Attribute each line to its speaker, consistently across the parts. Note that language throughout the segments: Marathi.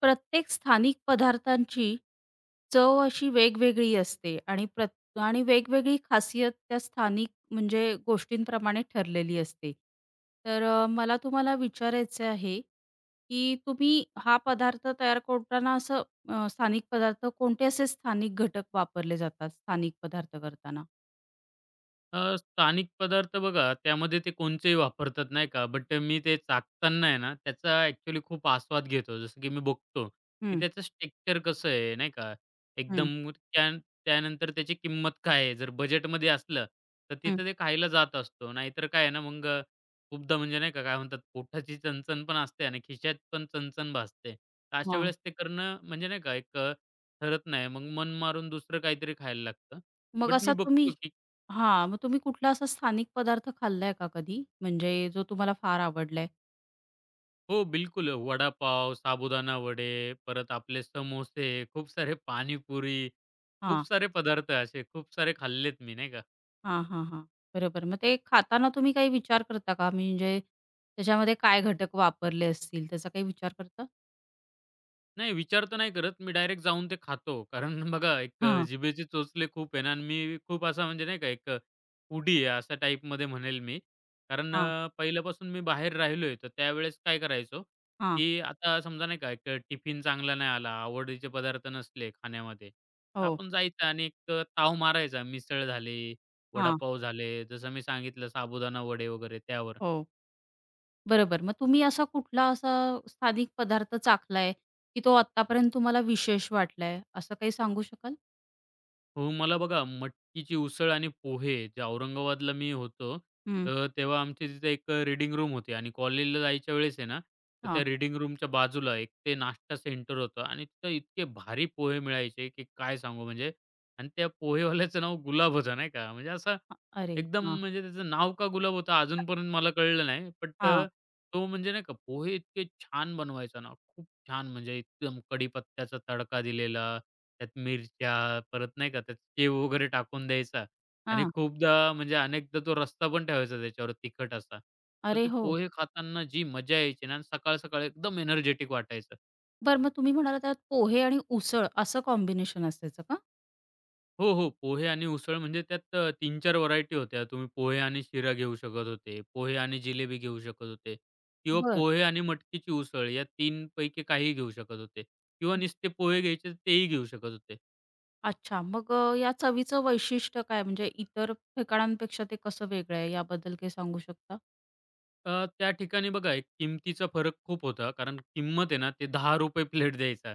Speaker 1: प्रत्येक स्थानिक पदार्थांची चव अशी वेगवेगळी असते आणि प्रत आणि वेगवेगळी खासियत त्या स्थानिक म्हणजे गोष्टींप्रमाणे ठरलेली असते. तर मला तुम्हाला विचारायचं आहे, की तुम्ही हा पदार्थ तयार करताना असं स्थानिक पदार्थ कोणते असे स्थानिक घटक वापरले जातात स्थानिक पदार्थ करताना?
Speaker 2: स्थानिक पदार्थ बघा, त्यामध्ये ते कोणचेही वापरतात नाही का, बट मी ते चाखताना आहे ना, त्याचा ॲक्चुअली खूप आस्वाद घेतो. जसं की मी बघतो, की
Speaker 1: हं,
Speaker 2: त्याचं टेक्स्चर कसं आहे नाही का,
Speaker 1: हं,
Speaker 2: एकदम त्यानंतर त्याची किंमत काय आहे. जर बजेटमध्ये असलं, तर
Speaker 1: हं.
Speaker 2: तिथं ते खायला जात असतो. नाहीतर काय आहे ना, मग खूपदा म्हणजे नाही का, काय म्हणतात, पोटाची चणचण पण असते आणि खिशात पण चणचण भासते. तर अशा
Speaker 1: हां.
Speaker 2: वेळेस ते करणं म्हणजे नाही का, एक ठरत नाही. मग मन मारून दुसरं काहीतरी खायला लागतं.
Speaker 1: मग
Speaker 2: बट मी
Speaker 1: असा तुम्ही
Speaker 2: बघतो की
Speaker 1: हां, मग तुम्ही कुठला असा स्थानिक पदार्थ खाल्लाय का कधी? म्हणजे जो तुम्हाला फार आवडलाय?
Speaker 2: हो, बिलकुल. वडापाव, साबुदाणा वडे, परत आपले समोसे, खूप सारे पाणीपुरी, खूप
Speaker 1: हां.
Speaker 2: सारे पदार्थ असे खूप सारे खाल्लेत मी, नाही का?
Speaker 1: हां, हां, हां. बरोबर. मग ते खाताना तुम्ही काही विचार करता का? म्हणजे त्याच्यामध्ये काय घटक वापरले असतील, त्याचा काही विचार करता?
Speaker 2: नाही विचार तर नाही करत. मी डायरेक्ट जाऊन ते खातो. कारण बघा एक
Speaker 1: हां,
Speaker 2: जिभेचे चोचले खूप आहे ना आणि मी खूप असा म्हणजे नाही का एक उडी फूडी आहे अशा टाईपमध्ये म्हणेल मी. कारण
Speaker 1: हां,
Speaker 2: पहिल्यापासून मी बाहेर राहिलोय तर त्यावेळेस काय करायचो,
Speaker 1: हां.
Speaker 2: की आता समजा नाही का एक टिफिन चांगला नाही आला, आवडीचे पदार्थ नसले खाण्यामध्ये, तर
Speaker 1: हो.
Speaker 2: आपण जायचं आणि एक ताव मारायचा. मिसळ झाली,
Speaker 1: हां.
Speaker 2: वडापाव झाले, जसं मी सांगितलं साबुदाणा वडे वगैरे त्यावर.
Speaker 1: हो. बरोबर. मग तुम्ही असा कुठला असा स्थानिक पदार्थ चाखलाय, की तो आत्तापर्यंत तुम्हाला विशेष वाटलाय, असं काही सांगू शकाल?
Speaker 2: हो, मला बघा मटकीची उसळ आणि पोहे जे औरंगाबादला मी होतो,
Speaker 1: हं.
Speaker 2: तर तेव्हा आमची तिथे एक रीडिंग रूम होती आणि कॉलेजला जायच्या वेळेस आहे ना, तर
Speaker 1: हां.
Speaker 2: त्या रीडिंग रूमच्या बाजूला एक ते नाश्ता सेंटर होतं आणि तिथं इतके भारी पोहे मिळायचे की काय सांगू म्हणजे आणि त्या पोहेवाल्याचं नाव गुलाब होतं नाही का, म्हणजे असा
Speaker 1: अ अरे
Speaker 2: एकदम
Speaker 1: हां,
Speaker 2: म्हणजे त्याचं नाव का गुलाब होतं अजूनपर्यंत मला कळलं नाही. बट
Speaker 1: हां,
Speaker 2: तो म्हणजे नाही का पोहे इतके छान बनवायचा ना, खूप छान म्हणजे एकदम कढीपत्त्याचा तडका दिलेला, त्यात मिरच्या, परत नाही का त्यात शेव वगैरे टाकून द्यायचा आणि
Speaker 1: हां.
Speaker 2: खूपदा म्हणजे अनेकदा तो रस्ता पण ठेवायचा त्याच्यावर तिखट असा. तर
Speaker 1: अरे
Speaker 2: ते
Speaker 1: हो.
Speaker 2: पोहे खाताना जी मजा यायची ना, सकाळ-सकाळी एकदम एनर्जेटिक वाटायचं.
Speaker 1: बरं मग तुम्ही म्हणालात त्यात पोहे आणि उसळ असं कॉम्बिनेशन असायचं का?
Speaker 2: हो, हो. पोहे आणि उसळ म्हणजे त्यात 3-4 व्हरायटी होत्या. तुम्ही पोहे आणि शिरा घेऊ शकत होते, पोहे आणि जिलेबी घेऊ शकत होते किंवा
Speaker 1: बरं.
Speaker 2: पोहे आणि मटकीची उसळ या तीन पैकी काहीही घेऊ शकत होते किंवा नुसते पोहे घ्यायचे तर तेही घेऊ शकत होते.
Speaker 1: अच्छा. मग या चवीचं वैशिष्ट्य काय? म्हणजे इतर ठिकाणांपेक्षा ते कसं वेगळं आहे याबद्दल काही सांगू शकता?
Speaker 2: अ, त्या ठिकाणी बघा एक किमतीचा फरक खूप होता. कारण किंमत आहे ना, ते ₹10 रुपये प्लेट द्यायचा.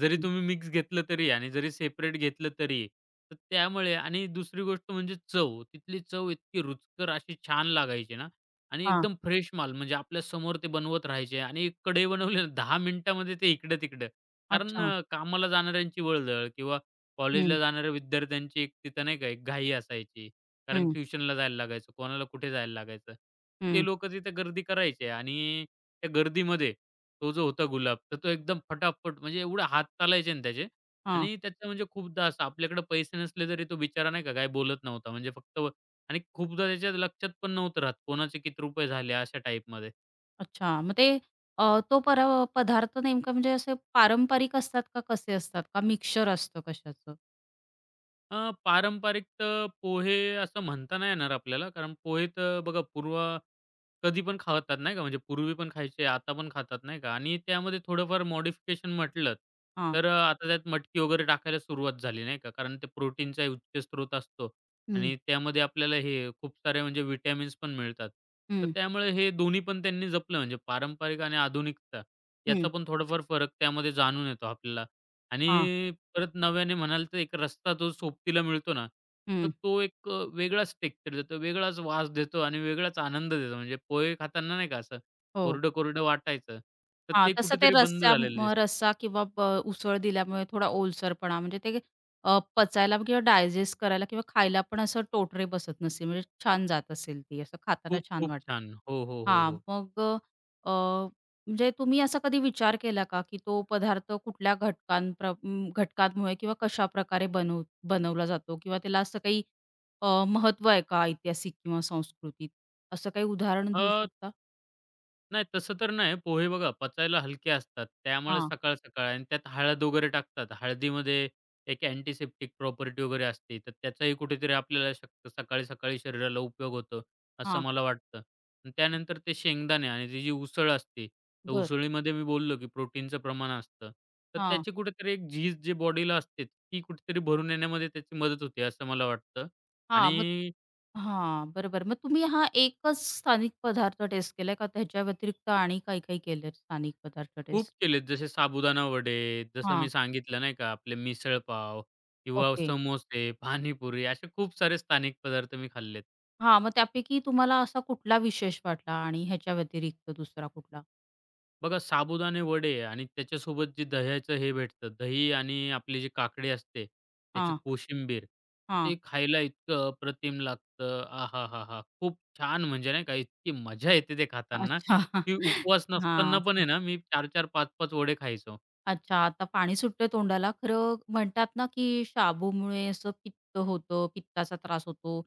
Speaker 2: जरी तुम्ही मिक्स घेतलं तरी आणि जरी सेपरेट घेतलं तरी. तर त्यामुळे आणि दुसरी गोष्ट म्हणजे चव. तिथली चव इतकी रुचकर अशी छान लागायची ना आणि
Speaker 1: हां.
Speaker 2: एकदम फ्रेश माल म्हणजे आपल्या समोर ते बनवत राहायचे आणि एक कढई बनवली ना 10 मिनिटामध्ये ते इकडं-तिकडं. कारण
Speaker 1: अच्छा.
Speaker 2: कामाला जाणाऱ्यांची वळदळ किंवा
Speaker 1: हं,
Speaker 2: कॉलेजला जाणाऱ्या विद्यार्थ्यांची एक तिथं नाही का एक घाई असायची. कारण
Speaker 1: हं,
Speaker 2: ट्युशनला जायला लागायचं, कोणाला कुठे जायला लागायचं. ते
Speaker 1: हं.
Speaker 2: लोकं तिथे गर्दी करायचे आणि त्या गर्दीमध्ये तो जो होता गुलाब, तर तो एकदम फटाफट म्हणजे एवढे हात चालायचे ना त्याचे
Speaker 1: हां.
Speaker 2: आणि त्याचं म्हणजे खूपदा असं आपल्याकडे पैसे नसले तरी तो बिचारा नाही का काही बोलत नव्हता. म्हणजे फक्त आणि खूपदा त्याच्या लक्षात पण नव्हतं राहत कोणाचे किती रुपये झाले अशा टाईपमध्ये.
Speaker 1: अच्छा. मग ते अ, तो परा पदार्थ नेमका म्हणजे असे पारंपरिक असतात का कसे असतात? का मिक्सचर असतं कशाचं?
Speaker 2: अ, पारंपरिक तर पोहे असं म्हणता नाही येणार आपल्याला. कारण पोहे तर बघा कधी पण खातात नाही का, म्हणजे पूर्वी पण खायचे, आता पण खातात नाही का आणि त्यामध्ये थोडंफार मॉडिफिकेशन म्हटलं,
Speaker 1: हां.
Speaker 2: तर आता त्यात मटकी वगैरे टाकायला सुरुवात झाली नाही का. कारण ते प्रोटीनचा उच्च स्रोत असतो
Speaker 1: हं.
Speaker 2: आणि त्यामध्ये आपल्याला हे खूप सारे म्हणजे विटॅमिन्स पण मिळतात. तर
Speaker 1: हं,
Speaker 2: त्यामुळे हे दोन्ही पण त्यांनी जपलं म्हणजे पारंपरिक आणि आधुनिकता याचा
Speaker 1: हं.
Speaker 2: पण थोडाफार फरक त्यामध्ये जाणून येतो आपल्याला.
Speaker 1: हां.
Speaker 2: आणि परत नव्याने म्हणाल तर एक रस्ता जो सोबतीला मिळतो ना, तर
Speaker 1: हं.
Speaker 2: तो एक वेगळाच टेक्स्चर देतो, वेगळाच वास देतो आणि वेगळाच आनंद देतो. म्हणजे पोहे खाताना नाही का असं
Speaker 1: हो.
Speaker 2: कोरडं-कोरडं वाटायचं, तर
Speaker 1: हां,
Speaker 2: ते
Speaker 1: तसं ते
Speaker 2: कुठेतरी बंद झालेलं दिसतं.
Speaker 1: रस्सा किंवा उसळ दिल्यामुळे थोडा ओलसरपणा म्हणजे ते पचायला किंवा डायजेस्ट करायला किंवा खायला पण असं टोटरे बसत नसेल, म्हणजे छान जात असेल ती, असं खाताना
Speaker 2: खूप
Speaker 1: छान
Speaker 2: खूप
Speaker 1: वाटत.
Speaker 2: छान. हो, हो, हो,
Speaker 1: हां,
Speaker 2: हो.
Speaker 1: मग म्हणजे तुम्ही असा कधी विचार केला का, की तो पदार्थ कुठल्या घटकांप्र घटकांमुळे किंवा कशाप्रकारे बनव बनवला जातो किंवा त्याला असं काही अ, आहे का ऐतिहासिक किंवा सांस्कृतिक? असं काही उदाहरण देऊ शकता?
Speaker 2: नाही तसं तर नाही. पोहे बघा पचायला हलके असतात. त्यामुळे
Speaker 1: हां,
Speaker 2: सकाळ-सकाळ आणि त्यात हळद वगैरे टाकतात. हळदीमध्ये एक अँटिसेप्टिक प्रॉपर्टी वगैरे असते. तर त्याचाही कुठेतरी आपल्याला शक्य सकाळी-सकाळी शरीराला उपयोग होतो, असं
Speaker 1: हां,
Speaker 2: मला वाटतं. आणि त्यानंतर ते शेंगदाणे आणि ती जी उसळ असते, तर
Speaker 1: बरं.
Speaker 2: उसळीमध्ये मी बोललो की प्रोटीनचं प्रमाण असतं. तर
Speaker 1: हां,
Speaker 2: त्याची कुठेतरी एक झीज जी बॉडीला असते, ती कुठेतरी भरून येण्यामध्ये त्याची मदत होते, असं मला वाटतं.
Speaker 1: हां,
Speaker 2: आणि
Speaker 1: हां, बरोबर. मग तुम्ही हा एकच स्थानिक पदार्थ टेस्ट केलाय का त्याच्या व्यतिरिक्त आणि काही-काही केलेत स्थानिक पदार्थ
Speaker 2: खूप
Speaker 1: टेस्ट?
Speaker 2: केलेत. जसे साबुदाणा वडे, जसं मी
Speaker 1: हां,
Speaker 2: सांगितलं नाही का, आपले मिसळपाव किंवा
Speaker 1: ओके.
Speaker 2: समोसे, पाणीपुरी असे खूप सारे स्थानिक पदार्थ मी खाल्लेत.
Speaker 1: हां, मग त्यापैकी तुम्हाला असा कुठला विशेष वाटला आणि ह्याच्या व्यतिरिक्त दुसरा कुठला?
Speaker 2: बघा साबुदाणे वडे आणि त्याच्यासोबत जे दह्याचं हे भेटतं, दही आणि आपली जी काकडी असते, त्याची
Speaker 1: हां,
Speaker 2: कोशिंबीर.
Speaker 1: हां.
Speaker 2: ते खायला इतकं अप्रतिम लागतं. आहाहाहा! खूप छान म्हणजे नाही का, इतकी मजा येते ते खाताना,
Speaker 1: अच्छा.
Speaker 2: की उपवास नसताना
Speaker 1: हां.
Speaker 2: पण आहे ना, मी 4-4, 5-5 वडे खायचो.
Speaker 1: अच्छा, आता पाणी सुटतंय तोंडाला. खरं म्हणतात ना, की शाबूमुळे असं पित्त होतं, पित्ताचा त्रास होतो.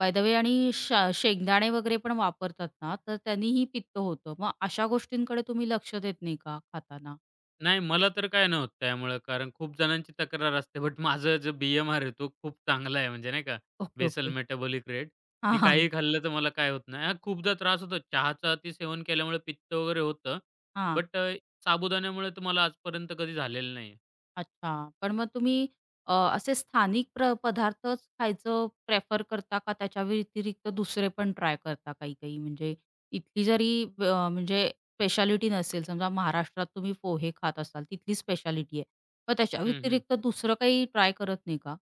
Speaker 1: बाय द वे आणि शेंगदाणे वगैरे पण वापरतात ना, तर त्यांनीही पित्त होतं. मग अशा गोष्टींकडे तुम्ही लक्ष देत नाही का खाताना?
Speaker 2: नाही, मला तर काय नव्हतं त्यामुळं, कारण खूप जणांची तक्रार असते. बट माझं जो बी-एम-आर आहे तो खूप चांगला आहे, म्हणजे नाही का,
Speaker 1: okay,
Speaker 2: basal
Speaker 1: okay.
Speaker 2: Metabolic rate. मी
Speaker 1: हां, हां.
Speaker 2: काहीही खाल्लं तर मला काय होत नाही. हां, खूपदा त्रास होतो. चहाचं अति सेवन केल्यामुळे पित्त वगैरे होतं.
Speaker 1: हां.
Speaker 2: बट साबुदाण्यामुळे तर मला आजपर्यंत कधी झालेलं नाही आहे.
Speaker 1: अच्छा. पण मग तुम्ही असे स्थानिक प्र पदार्थच खायचं प्रेफर करता का त्याच्या व्यतिरिक्त दुसरे पण ट्राय करता काही-काही? म्हणजे इथली जरी व अ, म्हणजे स्पेशालिटी नसेल, समजा महाराष्ट्रात तुम्ही पोहे खात असाल, तिथली स्पेशालिटी आहे. मग त्याच्या
Speaker 2: हं,
Speaker 1: व्यतिरिक्त दुसरं काही ट्राय करत नाही का?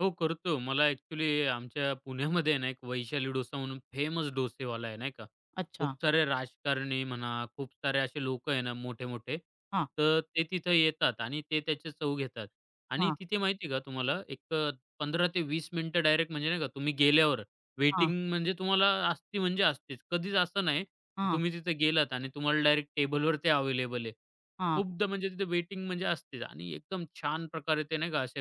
Speaker 2: हो, करतो. मला ॲक्चुअली आमच्या पुण्यामध्ये आहे ना, एक वैशाली डोसा म्हणून फेमस डोसेवाला आहे, नाही का. खूप
Speaker 1: अच्छा.
Speaker 2: सारे राजकारणी म्हणा, खूप सारे असे लोकं आहे ना मोठे-मोठे,
Speaker 1: हां,
Speaker 2: तर ते तिथं येतात आणि ते त्याची चव घेतात. आणि
Speaker 1: हां,
Speaker 2: तिथे माहिती आहे का तुम्हाला एक 15 ते 20 मिनिटं डायरेक्ट म्हणजे नाही का तुम्ही गेल्यावर
Speaker 1: हां,
Speaker 2: वेटिंग म्हणजे तुम्हाला असती म्हणजे असतेच. कधीच असं नाही, की
Speaker 1: हां,
Speaker 2: तुम्ही तिथे गेलात आणि तुम्हाला डायरेक्ट टेबलवर ते अवेलेबल आहे.
Speaker 1: हां.
Speaker 2: खूपदा म्हणजे तिथे वेटिंग म्हणजे असतेच आणि एकदम छान प्रकारे ते नाही का असे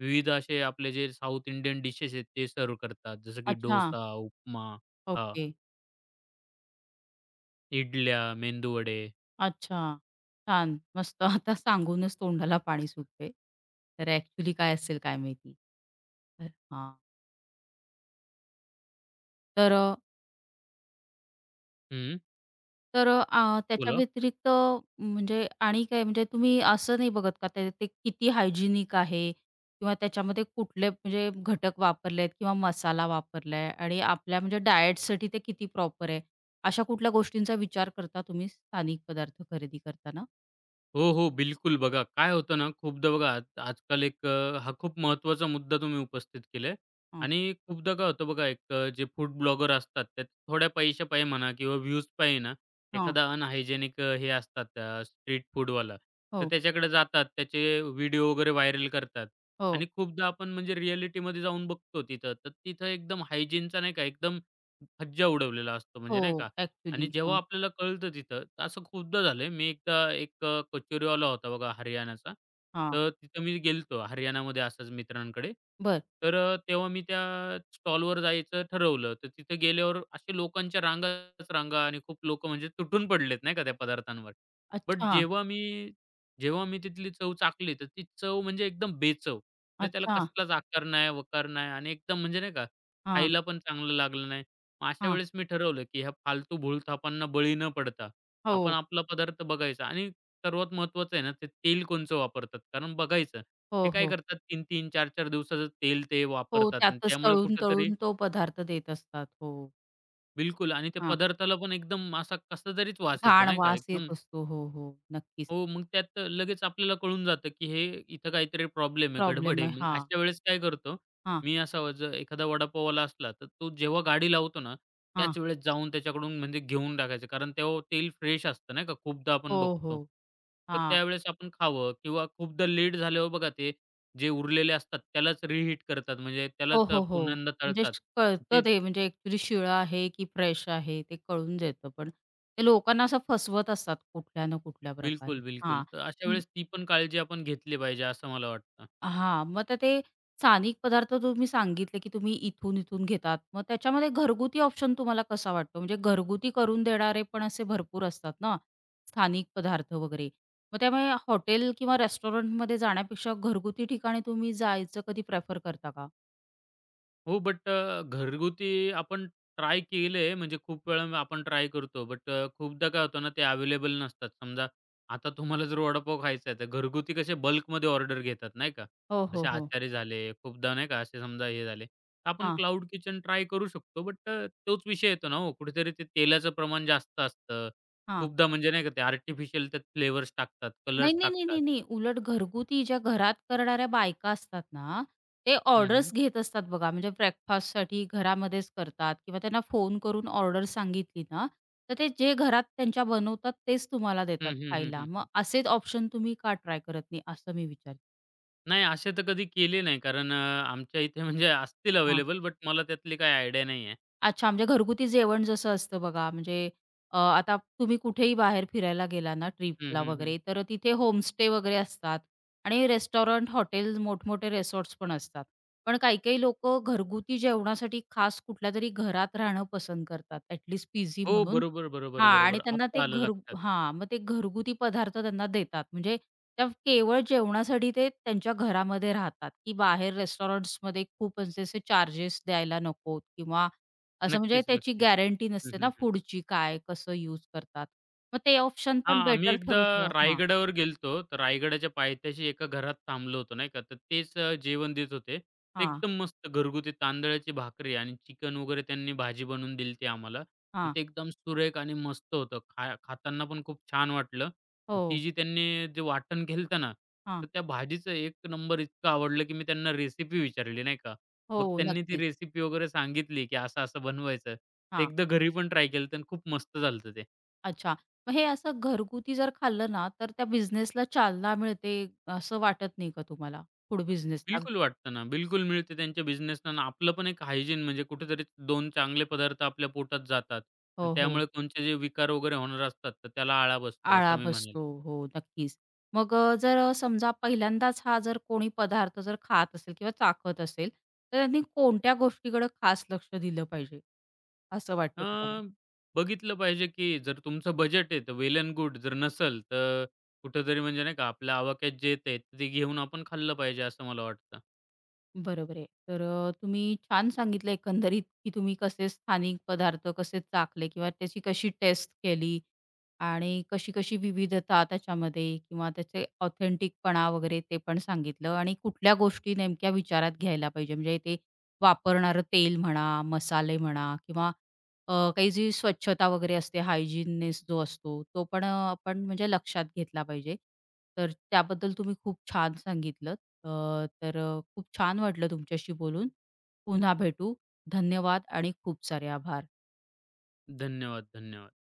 Speaker 2: विविध असे आपले जे साऊथ इंडियन डिशेस आहेत ते सर्व करतात. जसं की
Speaker 1: अच्छा.
Speaker 2: डोसा, उपमा, हां,
Speaker 1: ओके.
Speaker 2: इडल्या, मेंदू वडे.
Speaker 1: अच्छा. छान. मस्त. आता सांगूनच तोंडाला पाणी सुटते. तर ॲक्चुअली काय असेल काय माहिती? तर हां. तर अ,
Speaker 2: हं,
Speaker 1: तर त्याच्या
Speaker 2: बोला.
Speaker 1: व्यतिरिक्त म्हणजे आणि काय म्हणजे तुम्ही असं नाही बघत का ते ते किती हायजिनिक आहे किंवा त्याच्यामध्ये कुठले म्हणजे घटक वापरले आहेत किंवा मसाला वापरला आहे आणि आपल्या म्हणजे डाएटसाठी ते किती प्रॉपर आहे. अशा कुठल्या गोष्टींचा विचार करता तुम्ही स्थानिक पदार्थ खरेदी करताना?
Speaker 2: हो, हो. बिलकुल. बघा काय होतं ना, खूपदा बघा आज आजकाल एक हा खूप महत्त्वाचा मुद्दा तुम्ही उपस्थित केलाय
Speaker 1: हां,
Speaker 2: आणि खूपदा काय होतं बघा, एक जे फूड ब्लॉगर असतात, त्यात थोड्या पैशापायी म्हणा किंवा व्ह्यूजपायी ना,
Speaker 1: हां.
Speaker 2: एखादा अनहायजेनिक हे असतात स्ट्रीट फूडवाला, तर
Speaker 1: हो,
Speaker 2: त्याच्याकडे जातात, त्याचे व्हिडिओ वगैरे व्हायरल करतात
Speaker 1: हो,
Speaker 2: आणि खूपदा आपण म्हणजे रिअॅलिटीमध्ये जाऊन बघतो तिथं, तर तिथं एकदम हायजीनचा नाही का, एकदम फज्जा उडवलेला असतो
Speaker 1: हो.
Speaker 2: म्हणजे नाही का. आणि
Speaker 1: ॲक्चुअली.
Speaker 2: जेव्हा
Speaker 1: हां,
Speaker 2: आपल्याला कळतं तिथं, तर असं खूपदा झालंय. मी एकदा एक कचोरीवाला होता बघा हरियाणाचा.
Speaker 1: हां.
Speaker 2: तर तिथं मी गेलो होतो हरियाणामध्ये असंच मित्रांकडे.
Speaker 1: बरं.
Speaker 2: तर तेव्हा मी त्या स्टॉलवर जायचं ठरवलं. तर तिथे गेल्यावर असे लोकांच्या रांगाच रांगा आणि खूप लोकं म्हणजे तुटून पडलेत नाही का त्या पदार्थांवर. बट
Speaker 1: अच्छा,
Speaker 2: जेव्हा मी तिथली चव चाखली, तर ती चव म्हणजे एकदम बेचव. म्हणजे त्याला
Speaker 1: अच्छा.
Speaker 2: कसलाच आकार नाही, वकार नाही आणि एकदम म्हणजे नाही का
Speaker 1: हां,
Speaker 2: खायला पण चांगलं लागलं नाही. मग अशा
Speaker 1: हां.
Speaker 2: वेळेस मी ठरवलं, की ह्या फालतू भूलथापांना बळी न पडता, आपण
Speaker 1: हो,
Speaker 2: आपला पदार्थ बघायचा आणि सर्वात महत्त्वाचं आहे ना, ते तेल कोणचं वापरतात. कारण बघायचं, ते
Speaker 1: हो,
Speaker 2: काय
Speaker 1: हो.
Speaker 2: करतात 3-3, 4-4 दिवसाचं तेल ते
Speaker 1: हो,
Speaker 2: वापरतात आणि
Speaker 1: त्यातच
Speaker 2: त्यामुळे कुठेतरी
Speaker 1: तळून-तळून तो पदार्थ देत असतात. हो.
Speaker 2: बिलकुल आणि ते
Speaker 1: हां,
Speaker 2: पदार्थाला पण एकदम असा कसा तरीच वास येतो
Speaker 1: घाण
Speaker 2: नाही का,
Speaker 1: वास
Speaker 2: एकदम
Speaker 1: येत असतो. हो, हो. नक्कीच.
Speaker 2: हो, मग त्यात लगेच आपल्याला कळून जातं, की हे इथं काहीतरी प्रॉब्लेम आहे, गडबड
Speaker 1: प्रॉब्लेम
Speaker 2: आहे.
Speaker 1: आहे.
Speaker 2: मग
Speaker 1: हां,
Speaker 2: अशा वेळेस काय करतो,
Speaker 1: हां,
Speaker 2: मी असा जर एखादा वडापाववाला असला, तर तो जेव्हा गाडी लावतो ना,
Speaker 1: हां.
Speaker 2: त्याच वेळेस जाऊन त्याच्याकडून म्हणजे घेऊन टाकायचं. कारण तेव्हा तेल फ्रेश असतं नाही का, खूपदा आपण
Speaker 1: हो,
Speaker 2: बघतो.
Speaker 1: हो.
Speaker 2: तर
Speaker 1: हां.
Speaker 2: त्यावेळेस आपण खावं किंवा खूपदा लेट झाल्यावर बघा ते जे उरलेले असतात, त्यालाच रिहीट करतात. म्हणजे
Speaker 1: हो,
Speaker 2: त्यालाच
Speaker 1: हो, हो.
Speaker 2: पुन्हा
Speaker 1: म्हणजे
Speaker 2: तळतात. ते
Speaker 1: कळतं ते म्हणजे ॲक्चुअली शिळं आहे की फ्रेश आहे ते कळून जातं. पण ते लोकांना असं फसवत असतात कुठल्या ना कुठल्या प्रकारे.
Speaker 2: बिलकुल, बिलकुल.
Speaker 1: हां.
Speaker 2: तर अशा वेळेस ती पण काळजी आपण घेतली पाहिजे, असं मला वाटतं.
Speaker 1: हां, मग तर ते स्थानिक पदार्थ तुम्ही सांगितले, की तुम्ही इथून-इथून घेतात. मग त्याच्यामध्ये घरगुती ऑप्शन तुम्हाला कसा वाटतो? म्हणजे घरगुती करून देणारे पण असे भरपूर असतात ना, स्थानिक पदार्थ वगैरे. मग त्यामुळे हॉटेल किंवा रेस्टॉरंटमध्ये जाण्यापेक्षा घरगुती ठिकाणी तुम्ही जायचं कधी प्रेफर करता का?
Speaker 2: हो, बट घरगुती आपण ट्राय केले, म्हणजे खूप वेळा आपण ट्राय करतो. बट खूपदा काय होतं ना, ते अवेलेबल नसतात. समजा आता तुम्हाला जर वडापाव खायचा आहे, तर घरगुती कसे बल्कमध्ये ऑर्डर घेतात, नाही का?
Speaker 1: हो,
Speaker 2: जसे
Speaker 1: हो, हो.
Speaker 2: आचारी झाले, खूपदा नाही का, असे समजा हे झाले. तर आपण
Speaker 1: हां,
Speaker 2: क्लाउड किचन ट्राय करू शकतो, बट तोच विषय येतो ना हो, कुठेतरी ते तेलाचं प्रमाण जास्त असतं.
Speaker 1: हां.
Speaker 2: खूपदा म्हणजे नाही का, ते आर्टिफिशियल त्यात फ्लेवर्स टाकतात,
Speaker 1: नाही,
Speaker 2: कलर्स
Speaker 1: नाही, नाही,
Speaker 2: टाकतात.
Speaker 1: नाही, नाही. उलट घरगुती ज्या घरात करणाऱ्या बायका असतात ना, ते
Speaker 2: हं, हं.
Speaker 1: ऑर्डर्स घेत असतात बघा. म्हणजे ब्रेकफास्टसाठी घरामध्येच करतात किंवा त्यांना फोन करून ऑर्डर सांगितली ना, तर ते जे घरात त्यांच्या बनवतात तेच तुम्हाला
Speaker 2: हं,
Speaker 1: देतात
Speaker 2: हं, हं,
Speaker 1: खायला. मग
Speaker 2: हं,
Speaker 1: असेच ऑप्शन तुम्ही का ट्राय करत नाही असं मी विचारते?
Speaker 2: नाही असे तर कधी केले नाही कारण आमच्या इथे म्हणजे असतील अवेलेबल बट मला त्यातली काही आयडिया नाही आहे.
Speaker 1: अच्छा, म्हणजे घरगुती जेवण जसं असतं बघा, म्हणजे आता तुम्ही कुठेही बाहेर फिरायला गेला ना
Speaker 2: हं,
Speaker 1: ट्रिपला
Speaker 2: हं, हं.
Speaker 1: वगैरे, तर तिथे होमस्टे वगैरे असतात आणि रेस्टॉरंट, हॉटेल, मोठमोठे रिसॉर्ट्स पण असतात. पण काही-काही लोकं घरगुती जेवणासाठी खास कुठल्यातरी घरात राहणं पसंत करतात, ॲट पीजी
Speaker 2: हो,
Speaker 1: म्हणून.
Speaker 2: बरोबर, बरोबर,
Speaker 1: हां आणि
Speaker 2: बरोबर.
Speaker 1: त्यांना
Speaker 2: आत्ता
Speaker 1: ते
Speaker 2: आलं
Speaker 1: घर.
Speaker 2: लक्षात.
Speaker 1: हां, मग ते घरगुती पदार्थ त्यांना देतात. म्हणजे त्या केवळ जेवणासाठी ते त्यांच्या घरामध्ये राहतात, की बाहेर रेस्टॉरंट्समध्ये खूप असे चार्जेस द्यायला नकोत किंवा असं म्हणजे
Speaker 2: नक्कीच,
Speaker 1: त्याची
Speaker 2: नक्कीच.
Speaker 1: गॅरंटी
Speaker 2: हं,
Speaker 1: नसते ना
Speaker 2: हं, हं.
Speaker 1: फूडची काय, कसं यूज करतात. मग ते ऑप्शन
Speaker 2: हां,
Speaker 1: पण
Speaker 2: आम्ही
Speaker 1: बेटर
Speaker 2: एकदा
Speaker 1: ठरू शक. हां,
Speaker 2: रायगडावर गेलतो. तर रायगडाच्या पायथ्याशी एका घरात थांबलो होतो, नाही का. तर तेच जेवण देत होते. ते
Speaker 1: हां,
Speaker 2: एकदम मस्त घरगुती तांदळाची भाकरी आणि चिकन वगैरे त्यांनी भाजी बनवून दिलती आम्हाला आणि
Speaker 1: हां.
Speaker 2: ते एकदम सुरेख आणि मस्त होतं. खाताना पण खूप छान वाटलं आणि ती
Speaker 1: हो,
Speaker 2: जी त्यांनी जे वाटण केलतं ना,
Speaker 1: हां.
Speaker 2: तर त्या भाजीचं एक नंबर इतकं आवडलं, की मी त्यांना रेसिपी विचारली, नाही का. मग
Speaker 1: हो,
Speaker 2: त्यांनी ती
Speaker 1: नक्कीच.
Speaker 2: रेसिपी वगैरे सांगितली, की असं-असं बनवायचं. ते
Speaker 1: हां.
Speaker 2: एकदा घरी पण ट्राय केलं होतं खूप मस्त झालं ते.
Speaker 1: अच्छा. मग हे असं घरगुती जर खाल्लं ना, तर त्या बिझनेसला चालना मिळते असं वाटत नाही का तुम्हाला? फूड बिझनेसला?
Speaker 2: बिलकुल वाटतं ना, बिलकुल मिळते त्यांच्या बिझनेसना आणि आपलं पण एक हायजीन म्हणजे कुठेतरी 2 चांगले पदार्थ आपल्या पोटात जातात आणि
Speaker 1: हो, हो.
Speaker 2: त्यामुळे कोणते जे विकार वगैरे होणार असतात, तर त्याला आळा बसतो असं
Speaker 1: आळा
Speaker 2: मी म्हणेल.
Speaker 1: बसतो. हो, नक्कीच. मग जर समजा पहिल्यांदाच हा जर कोणी पदार्थ जर खात असेल किंवा चाखत असेल, तर त्यांनी कोणत्या गोष्टीकडे खास लक्ष दिलं पाहिजे, असं
Speaker 2: अ,
Speaker 1: वाटतं तुम्हाला?
Speaker 2: बघितलं पाहिजे की जर तुमचं बजेट आहे, तर वेल एंड गुड. जर नसेल, तर कुठेतरी म्हणजे नाही का आपल्या आवाक्यात जे येतंय, ते घेऊन आपण खाल्लं पाहिजे असं मला वाटतं.
Speaker 1: बरोबर आहे. तर तुम्ही छान सांगितलं एकंदरीत, की तुम्ही कसे स्थानिक पदार्थ कसे चाखले किंवा त्याची कशी टेस्ट केली आणि कशी-कशी विविधता त्याच्यामध्ये किंवा त्याचे ऑथेंटिकपणा वगैरे ते पण सांगितलं आणि कुठल्या गोष्टी नेमक्या विचारात घ्यायला पाहिजे. म्हणजे ते वापरणारं तेल म्हणा, मसाले म्हणा किंवा काही जी स्वच्छता वगैरे असते, हायजीननेस जो असतो, तो पण आपण म्हणजे लक्षात घेतला पाहिजे. तर त्याबद्दल तुम्ही खूप छान सांगितलंत. अ, तर खूप छान वाटलं तुमच्याशी बोलून. पुन्हा भेटू. धन्यवाद आणि खूप सारे आभार.
Speaker 2: धन्यवाद, धन्यवाद.